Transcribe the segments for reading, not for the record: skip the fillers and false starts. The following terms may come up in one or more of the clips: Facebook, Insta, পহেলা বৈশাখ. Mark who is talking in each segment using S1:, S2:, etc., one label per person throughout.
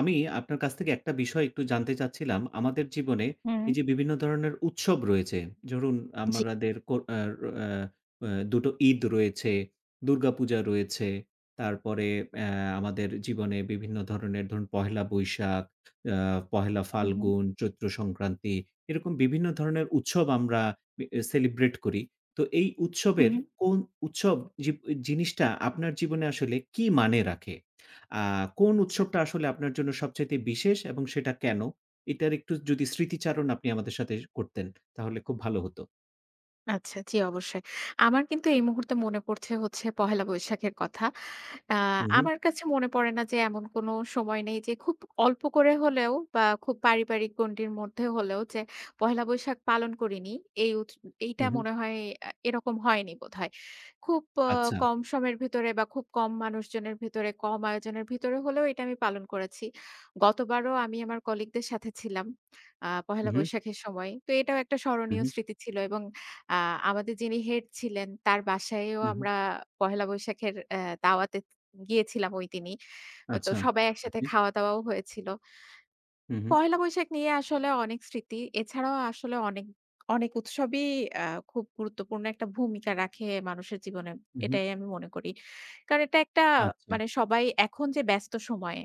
S1: আমি আপনার কাছ থেকে একটা বিষয় একটু জানতে চাচ্ছিলাম। আমাদের জীবনে
S2: হুম।
S1: এই যে বিভিন্ন ধরনের উৎসব রয়েছে, ধরুন
S2: জি।
S1: আমাদের কো আ আ আ ২ টো ঈদ রয়েছে, দুর্গাপূজা রয়েছে, তারপরে অ্যা আমাদের জীবনে বিভিন্ন ধরনের ধরুন পহেলা বৈশাখ, আ পহেলা
S2: হু, হু,
S1: ফাল্গুন, চৈত্র সংক্রান্তি এরকম বিভিন্ন ধরনের উৎসব আমরা বি সেলিব্রেট করি। তো এই
S2: হু,
S1: উৎসবের
S2: হু।
S1: কোন উৎসব জি জিনিসটা আপনার জীবনে আসলে কি মানে রাখে? আ কোন
S2: আচ্ছা।
S1: উৎসবটা আসলে আপনার জন্য সবচাইতে বিশেষ এবং সেটা কেন? এটার একটু যদি স্মৃতিচারণ আপনি আমাদের সাথে করতেন তাহলে খুব ভালো হতো।
S2: আচ্ছা, জি অবশ্যই। আমার কিন্তু এই মুহূর্তে মনে পড়ছে হচ্ছে পহেলা বৈশাখের কথা। আ
S1: হু, হু,
S2: আমার কাছে মনে পড়ে না যে এমন কোনো সময় নেই যে খুব অল্প করে হলেও বা খুব পারিবারিক গণ্ডির মধ্যে হলেও যে পহেলা বৈশাখ পালন করিনি। এই উৎস এইটা
S1: হু, হু।
S2: মনে হয় এরকম হয়নি বোধহয়। খুব
S1: আচ্ছা।
S2: কম সময়ের ভিতরে বা খুব কম মানুষজনের ভিতরে, কম আয়োজনের ভিতরে হলেও এটা আমি পালন করেছি। গতবারও আমি আমার কলিগদের সাথে ছিলাম
S1: হু,
S2: পহেলা
S1: হু,
S2: বৈশাখের সময়। তো এটাও একটা
S1: হু,
S2: স্মরণীয়
S1: হু,
S2: স্মৃতি ছিল এবং আ আমাদের যিনি হেড ছিলেন তার বাসায়ও
S1: হু, হু।
S2: আমরা পহেলা বৈশাখের দাওয়াতে গিয়েছিলাম ওইদিনই। তো
S1: আচ্ছা।
S2: সবাই একসাথে
S1: ওকে।
S2: খাওয়া-দাওয়াও হয়েছিল।
S1: হু, হু,
S2: পহেলা বৈশাখ নিয়ে আসলে অনেক স্মৃতি। এছাড়াও আসলে অনেক, অনেক উৎসবই আ খুব গুরুত্বপূর্ণ একটা ভূমিকা রাখে মানুষের জীবনে।
S1: হু, হু।
S2: এটাই আমি মনে করি। কারণ এটা একটা
S1: আচ্ছা।
S2: মানে সবাই এখন যে ব্যস্ত সময়ে,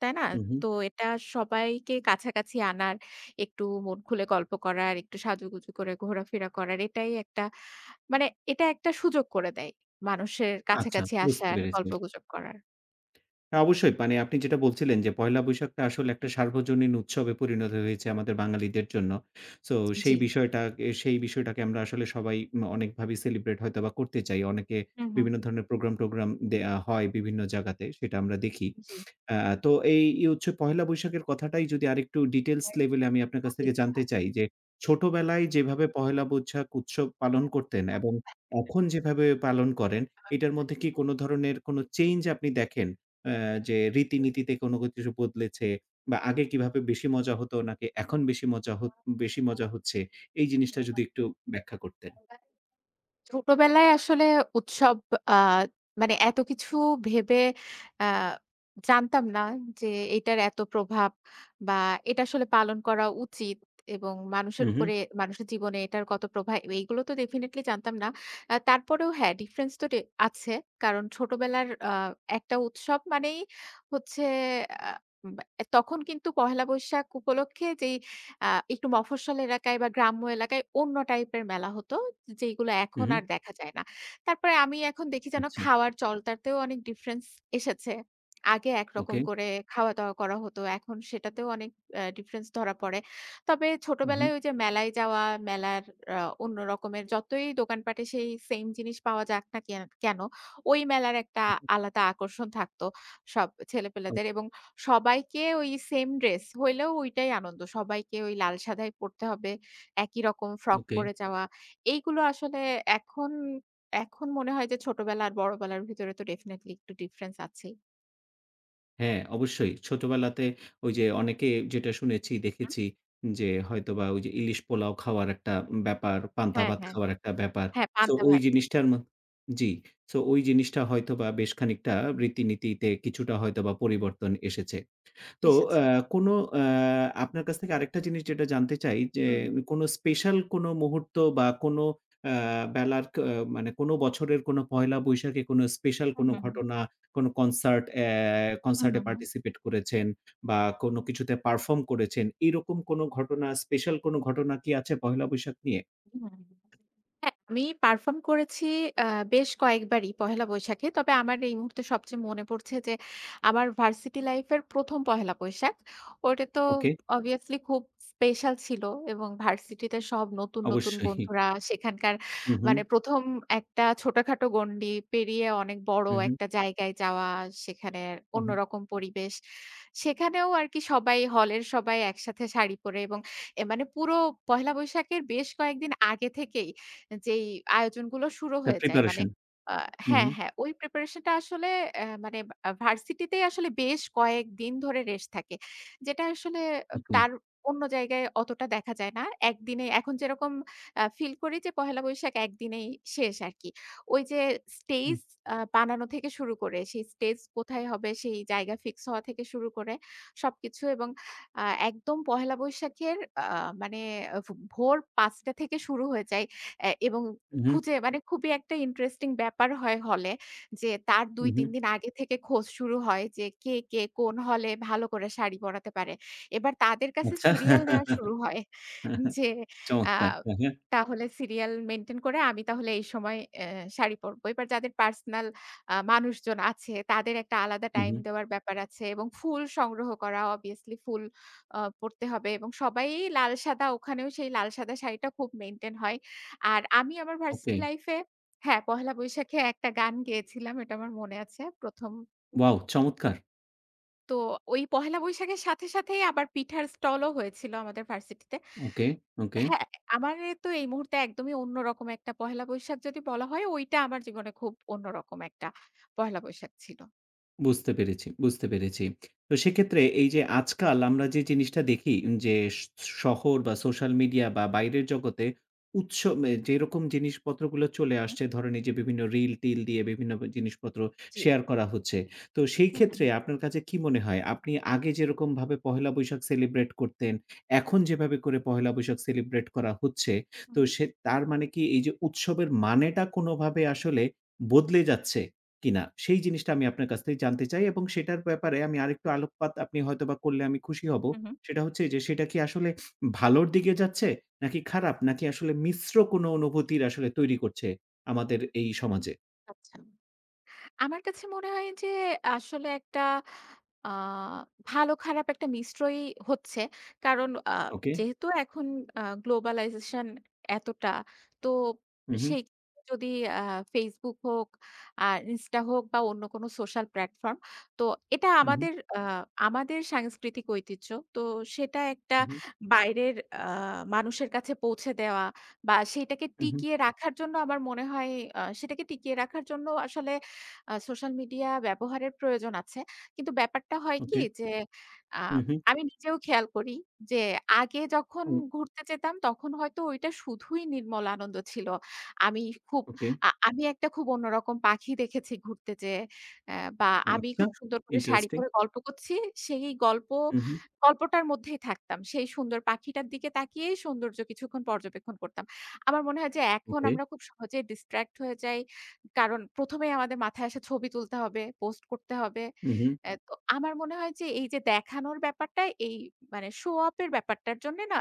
S2: তাই না?
S1: হু, হু।
S2: তো এটা সবাইকে কাছাকাছি আনার, একটু মন খুলে গল্প করার, একটু সাজুগুজু করে ঘোরাফেরা করার এটাই একটা মানে এটা একটা সুযোগ করে দেয়। মানুষের
S1: আচ্ছা,
S2: কাছাকাছি
S1: বুঝতে
S2: আসার,
S1: পেরেছি।
S2: গল্পগুজব করার।
S1: হ্যাঁ, অবশ্যই মানে আপনি যেটা বলছিলেন যে পহেলা বৈশাখটা আসলে একটা
S2: হুম।
S1: সার্বজনীন উৎসবে পরিণত হয়েছে আমাদের বাঙালিদের জন্য। সো
S2: জি।
S1: সেই বিষয়টা সেই বিষয়টাকে আমরা আসলে সবাই অনেকভাবে সেলিব্রেট হয়তোবা করতে চাই। অনেকে
S2: হুম, হুম,
S1: বিভিন্ন
S2: হুম।
S1: ধরনের প্রোগ্রাম-টোগ্রাম দেয়া হয় বিভিন্ন জায়গাতে, সেটা আমরা দেখি।
S2: জি।
S1: আ তো এই হচ্ছে পহেলা বৈশাখের কথাটাই যদি আরেকটু ডিটেইলস লেভেলে আমি আপনার কাছ
S2: জি,
S1: থেকে জানতে চাই যে, ছোটবেলায় যেভাবে পহেলা বৈশাখ উৎসব পালন করতেন এবং এখন যেভাবে পালন করেন, এটার মধ্যে কি কোন ধরনের কোন চেঞ্জ আপনি দেখেন? আ যে রীতিনীতিতে কোনো কিছু বদলেছে বা আগে কিভাবে বেশি মজা হতো নাকি এখন বেশি মজা হচ্ছে, এই জিনিসটা যদি একটু ব্যাখ্যা করতেন।
S2: জি। ছোটবেলায় আসলে উৎসব আ মানে এত কিছু ভেবে আ জানতাম না যে এটার এত প্রভাব বা এটা আসলে পালন করা উচিত এবং
S1: হু,
S2: মানুষের
S1: হু,
S2: উপরে মানুষের জীবনে এটার কত প্রভাব এইগুলো তো ডেফিনিটলি জানতাম না। তারপরেও হ্যাঁ ডিফারেন্স তো আছে। কারণ ছোটবেলার একটা উৎসব মানেই হচ্ছে আ বা তখন কিন্তু পহেলা বৈশাখ উপলক্ষে যেই আ একটু মফস্বল এলাকায় বা গ্রাম্য এলাকায় অন্য টাইপের মেলা হতো, যেইগুলো
S1: হু,
S2: এখন
S1: হু।
S2: আর দেখা যায় না। তারপরে আমি এখন দেখি যেন
S1: আচ্ছা।
S2: খাওয়ার চলটাতেও অনেক ডিফারেন্স এসেছে। আগে একরকম
S1: ওকে।
S2: করে খাওয়া-দাওয়া করা হতো, এখন সেটাতেও অনেক ডিফারেন্স ধরা পড়ে। তবে
S1: হু, হু,
S2: ছোটবেলায় ওই যে মেলায় যাওয়া, মেলার আ অন্য রকমের যতই দোকানপাটে সেই সেইম জিনিস পাওয়া যাক না কেন কেন, ওই মেলার একটা
S1: হু, হু।
S2: আলাদা আকর্ষণ থাকতো সব
S1: ও
S2: ছেলেপেলেদের এবং সবাইকে ওই সেম ড্রেস হইলেও ওইটাই আনন্দ। সবাইকে ওই লাল সাদাই পড়তে হবে, একই রকম ফ্রক
S1: ওকে।
S2: পরে যাওয়া। এইগুলো আসলে এখন, এখন মনে হয় যে ছোটবেলা আর বড়বেলার ভিতরে তো ডেফিনিটলি একটু ডিফারেন্স আছেই।
S1: হ্যাঁ, অবশ্যই। ছোটবেলাতে ওই যে অনেকে যেটা শুনেছি,
S2: হুম।
S1: দেখেছি যে হয়তোবা ওই যে ইলিশ পোলাও খাওয়ার একটা ব্যাপার, পান্তা
S2: হ্যাঁ,
S1: ভাত
S2: হ্যাঁ,
S1: খাওয়ার একটা ব্যাপার।
S2: হ্যাঁ,
S1: সো
S2: পান্তা
S1: ওই
S2: ভাত
S1: জিনিসটার ম জি। সো ওই জিনিসটা হয়তোবা বেশ খানিকটা রীতিনীতিতে কিছুটা হয়তোবা পরিবর্তন এসেছে। তো
S2: এসেছে।
S1: আ কোনো আ আপনার কাছ থেকে আরেকটা জিনিস যেটা জানতে চাই যে,
S2: হুম, হুম,
S1: কোনো স্পেশাল কোনো মুহূর্ত বা কোনো আ বেলার ক আহ, মানে কোনো বছরের কোনো পহেলা বৈশাখে কোনো স্পেশাল
S2: হুম,
S1: কোনো
S2: হুম,
S1: ঘটনা, কোনো
S2: হুম,
S1: কনসার্ট এ
S2: হুম,
S1: পার্টিসিপেট করেছেন বা কোনো কিছুতে পারফর্ম করেছেন। এরকম কোনো ঘটনা, স্পেশাল কোনো ঘটনা কি আছে পহেলা বৈশাখ নিয়ে?
S2: হুম, হুম। হ্যাঁ, আমি পারফর্ম করেছি আ বেশ কয়েকবারই পহেলা বৈশাখে। তবে আমার এই মুহূর্তে সবচেয়ে মনে পড়ছে যে, আমার ভার্সিটি লাইফ এর ১ম পহেলা বৈশাখ। ওটা তো
S1: ওকে,
S2: obviously খুব স্পেশাল ছিল এবং ভার্সিটিতে সব নতুন, নতুন
S1: অবশ্যই।
S2: বন্ধুরা সেখানকার
S1: হু, হু,
S2: মানে ১ম একটা ছোটখাটো গণ্ডি পেরিয়ে অনেক বড়
S1: হু, হু,
S2: একটা জায়গায় যাওয়া, সেখানে
S1: হু, হু।
S2: অন্যরকম পরিবেশ। সেখানেও আরকি সবাই হলের সবাই একসাথে শাড়ি পরে এবং মানে পুরো পহেলা বৈশাখের বেশ কয়েকদিন আগে থেকেই যেই আয়োজনগুলো শুরু
S1: দ্যা
S2: হয়ে যায়। মানে
S1: প্রিপারেশন।
S2: আ
S1: হু,
S2: হ্যাঁ,
S1: হু,
S2: হ্যাঁ, ওই প্রিপারেশন টা আসলে মানে ভার্সিটিতেই আসলে বেশ কয়েকদিন ধরে রেস থাকে। যেটা আসলে আ
S1: ওকে।
S2: তার অন্য জায়গায় অতটা দেখা যায় না। একদিনে এখন যেরকম ফিল করি যে পহেলা বৈশাখ একদিনেই শেষ আরকি। ওই যে
S1: হু,
S2: স্টেজ বানানো থেকে শুরু করে সেই স্টেজ কোথায় হবে সেই জায়গা ফিক্স হওয়া থেকে শুরু করে সবকিছু এবং আ একদম পহেলা বৈশাখের আ মানে ভোর ৫:০০ থেকে শুরু হয়ে যায়। এবং
S1: হু,
S2: খুঁজে মানে খুবই একটা ইন্টারেস্টিং ব্যাপার হয় হলে যে তার
S1: হু, হু।
S2: ২-৩ দিন আগে থেকে খোঁজ শুরু হয় যে কে, কে কোন হলে ভালো করে শাড়ি পরাতে পারে। এবার তাদের কাছে
S1: আচ্ছা।
S2: সিরিয়াল নেয়া শুরু হয় যে আ
S1: চমৎকার। হ্যাঁ, হ্যাঁ।
S2: তাহলে সিরিয়াল মেইনটেইন করে আমি তাহলে এই সময় শাড়ি পরব। এবার যাদের পার্সোনাল মানুষজন আছে তাদের একটা আলাদা
S1: হু,
S2: টাইম
S1: হু।
S2: দেওয়ার ব্যাপার আছে এবং ফুল সংগ্রহ করা obviously ফুল পড়তে হবে এবং সবাই লাল সাদা ওখানেও সেই লাল সাদা শাড়িটা খুব মেইনটেইন হয়। আর আমি আমার ভার্সিটি
S1: ওকে।
S2: লাইফ এ হ্যাঁ, পহেলা বৈশাখে একটা গান গেয়েছিলাম। এটা আমার মনে আছে ১ম।
S1: ওয়াও! চমৎকার।
S2: তো ওই পহেলা বৈশাখের সাথে, সাথেই আবার পিঠার স্টলও হয়েছিল আমাদের ভার্সিটিতে।
S1: ওকে, ওকে।
S2: হ্যাঁ, আমার তো এই মুহূর্তে একদমই অন্যরকম একটা পহেলা বৈশাখ যদি বলা হয়, ওইটা আমার জীবনে খুব অন্যরকম একটা পহেলা বৈশাখ ছিল।
S1: বুঝতে পেরেছি, বুঝতে পেরেছি। তো সেক্ষেত্রে এই যে আজকাল আমরা যে জিনিসটা দেখি যে শহর বা সোশ্যাল মিডিয়া বা বাইরের জগতে উৎস মে যেরকম জিনিসপত্রগুলো চলে
S2: হুম।
S1: আসছে ধরেন এই যে বিভিন্ন রিল-টিল দিয়ে বিভিন্ন জিনিসপত্র
S2: জি।
S1: শেয়ার করা হচ্ছে। তো সেই
S2: হুম, হুম,
S1: ক্ষেত্রে আপনার কাছে কি মনে হয় আপনি আগে যেরকমভাবে পহেলা বৈশাখ সেলিব্রেট করতেন, এখন যেভাবে করে পহেলা বৈশাখ সেলিব্রেট করা হচ্ছে, তো
S2: হুম।
S1: তার মানে কি এই যে উৎসবের মানেটা কোনোভাবে আসলে বদলে যাচ্ছে? কিনা? সেই জিনিসটা আমি আপনার কাছ থেকে জানতে চাই এবং সেটার ব্যাপারে আমি আরেকটু আলোকপাত আপনি হয়তোবা করলে আমি খুশি হব।
S2: হুম, হুম।
S1: সেটা হচ্ছে যে সেটা কি আসলে ভালোর দিকে যাচ্ছে? নাকি খারাপ? নাকি আসলে মিশ্র কোনো অনুভূতির আসলে তৈরি করছে আমাদের
S2: হুম।
S1: এই সমাজে?
S2: আচ্ছা। আমার কাছে মনে হয় যে আসলে একটা আ ভালো খারাপ একটা মিশ্রই হচ্ছে। কারণ
S1: ওকে।
S2: যেহেতু এখন গ্লোবালাইজেশন এতটা তো
S1: হু, হু,
S2: সেই যদি আ Facebook হোক, আর Insta হোক বা অন্য কোনো সোশ্যাল প্ল্যাটফর্ম তো এটা
S1: হু, হু,
S2: আমাদের সাংস্কৃতিক ঐতিহ্য। তো সেটা একটা
S1: হু,
S2: বাইরের মানুষের কাছে পৌঁছে দেওয়া বা সেটাকে
S1: হু, হু, হু,
S2: টিকিয়ে রাখার জন্য আমার মনে হয় সেটাকে টিকিয়ে রাখার জন্য আসলে সোশ্যাল মিডিয়া ব্যবহারের প্রয়োজন আছে। কিন্তু ব্যাপারটা হয় কি
S1: ওকে।
S2: যে, আ
S1: হু, হু,
S2: আমি নিজেও খেয়াল করি যে, আগে যখন
S1: ও
S2: ঘুরতে যেতাম তখন হয়তো ওইটা শুধুই নির্মল আনন্দ ছিল। আমি খুব
S1: ওকে।
S2: আমি একটা খুব অন্যরকম পাখি দেখেছি ঘুরতে যেয়ে। বা আমি
S1: আচ্ছা।
S2: খুব সুন্দর করে শাড়ি
S1: ইন্টারেস্টিং।
S2: পরে গল্প করছি। সেই গল্প
S1: হু, হু,
S2: গল্পটার মধ্যেই থাকতাম। সেই সুন্দর পাখিটার দিকে তাকিয়েই সৌন্দর্য কিছুক্ষণ পর্যবেক্ষণ করতাম। আমার মনে হয় যে, এখন
S1: ওকে।
S2: আমরা খুব সহজেই ডিস্ট্রাক্ট হয়ে যাই। কারণ ১ম এই আমাদের মাথায় আসে ছবি তুলতে হবে, পোস্ট করতে হবে।
S1: হু, হু।
S2: তো আমার মনে হয় যে এই যে দেখানোর ব্যাপারটা এই মানে শো অফ এর ব্যাপারটার জন্যে না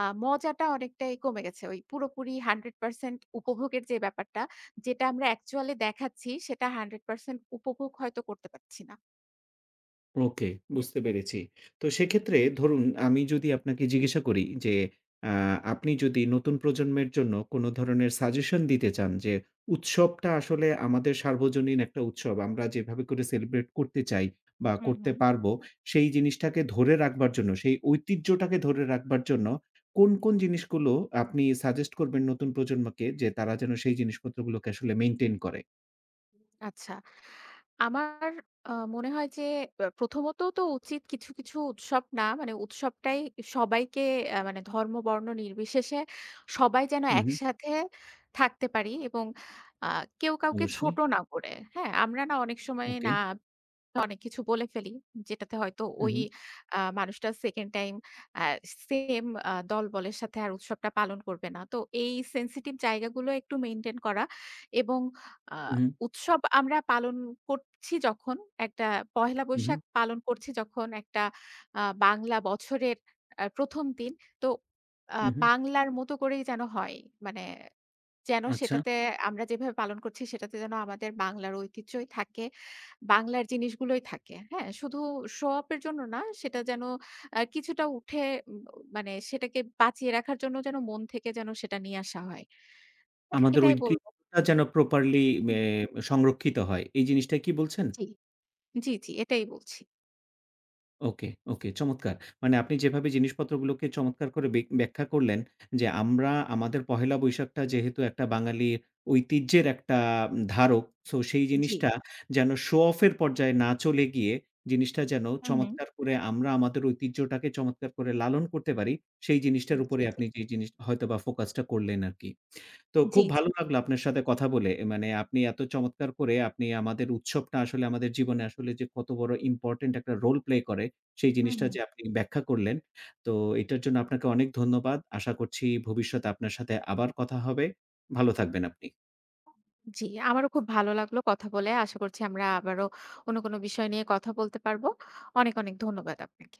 S2: মজাটা অনেকটাই কমে গেছে। ওই পুরোপুরি 100% উপভোগের যে ব্যাপারটা, যেটা আমরা অ্যাকচুয়ালি দেখাচ্ছি সেটা 100% উপভোগ হয়তো করতে পারছি না।
S1: ওকে, বুঝতে পেরেছি। তো সেক্ষেত্রে ধরুন আমি যদি আপনাকে জিজ্ঞাসা করি যে আ আপনি যদি নতুন প্রজন্মের জন্য কোন ধরনের সাজেশন দিতে চান যে উৎসবটা আসলে আমাদের সার্বজনীন একটা উৎসব। আমরা যেভাবে করে সেলিব্রেট করতে চাই বা
S2: হুম,
S1: করতে
S2: হুম।
S1: পারবো সেই জিনিসটাকে ধরে রাখবার জন্য, সেই ঐতিহ্যটাকে ধরে রাখবার জন্য কোন, কোন জিনিসগুলো আপনি সাজেস্ট করবেন নতুন প্রজন্মকে যে তারা যেন সেই জিনিসপত্রগুলোকে আসলে মেইনটেইন করে?
S2: আচ্ছা। আমার আ মনে হয় যে প্রথমত তো উচিত কিছু, কিছু উৎসব না মানে উৎসবটাই সবাইকে মানে ধর্ম, বর্ণ নির্বিশেষে সবাই যেন
S1: হু, হু।
S2: একসাথে থাকতে পারি এবং আ কেউ কাউকে
S1: অবশ্যই।
S2: ছোট না করে, হ্যাঁ? আমরা না অনেক সময়
S1: ওকে।
S2: না অনেক কিছু বলে ফেলি। যেটাতে হয়তো
S1: হু,
S2: ওই
S1: হু।
S2: মানুষটা 2nd টাইম আ সেম দলবলের সাথে আর উৎসবটা পালন করবে না। তো এই সেনসিটিভ জায়গাগুলো একটু মেইনটেইন করা এবং আ
S1: হু, হু,
S2: উৎসব আমরা পালন করছি যখন একটা পহেলা
S1: হু,
S2: বৈশাখ পালন করছি যখন একটা বাংলা বছরের ১ম দিন তো আ
S1: হু, হু।
S2: বাংলার মতো করেই যেন হয়। মানে যেন
S1: আচ্ছা।
S2: সেটাতে আমরা যেভাবে পালন করছি সেটাতে যেন আমাদের বাংলার ঐতিহ্যই থাকে। বাংলার জিনিসগুলোই থাকে। হ্যাঁ? শুধু শো অফ এর জন্য না, সেটা যেন কিছুটা উঠে উম মানে সেটাকে বাঁচিয়ে রাখার জন্য যেন মন থেকে যেন সেটা নিয়ে আসা হয়।
S1: আমাদের
S2: এটাই বলব।
S1: ঐতিহ্যটা যেন প্রপারলি মে
S2: হুম,
S1: সংরক্ষিত হয়। এই জিনিসটাই কি বলছেন?
S2: জি। জি, জি, এটাই বলছি।
S1: ওকে, ওকে চমৎকার! মানে আপনি যেভাবে জিনিসপত্রগুলোকে চমৎকার করে ব্যাখ্যা করলেন যে, আমরা আমাদের পহেলা বৈশাখটা যেহেতু একটা বাঙালির ঐতিহ্যের একটা ধারক। সো সেই
S2: জি।
S1: জিনিসটা যেন শো অফ এর পর্যায়ে না চলে গিয়ে জিনিসটা যেন
S2: হুম, হুম।
S1: চমৎকার করে আমরা আমাদের ঐতিহ্যটাকে চমৎকার করে লালন করতে পারি, সেই জিনিসটার
S2: জি,
S1: উপরে
S2: জি।
S1: আপনি যে জিনিস হয়তোবা ফোকাসটা করলেন আরকি। তো
S2: জি,
S1: খুব
S2: জি।
S1: ভালো লাগলো আপনার সাথে কথা বলে। মানে আপনি এত চমৎকার করে আপনি আমাদের উৎসবটা আসলে আমাদের জীবনে আসলে যে কত বড় ইম্পোর্টেন্ট একটা রোল প্লে করে সেই
S2: হুম,
S1: জিনিসটা
S2: হুম।
S1: যে আপনি ব্যাখ্যা করলেন। তো এটার জন্য আপনাকে অনেক ধন্যবাদ। আশা করছি ভবিষ্যতে আপনার সাথে আবার কথা হবে। ভালো থাকবেন আপনি।
S2: জি, আমারও খুব ভালো লাগলো কথা বলে। আশা করছি আমরা আবারও অন্য কোনো বিষয় নিয়ে কথা বলতে পারব। অনেক, অনেক ধন্যবাদ আপনাকে।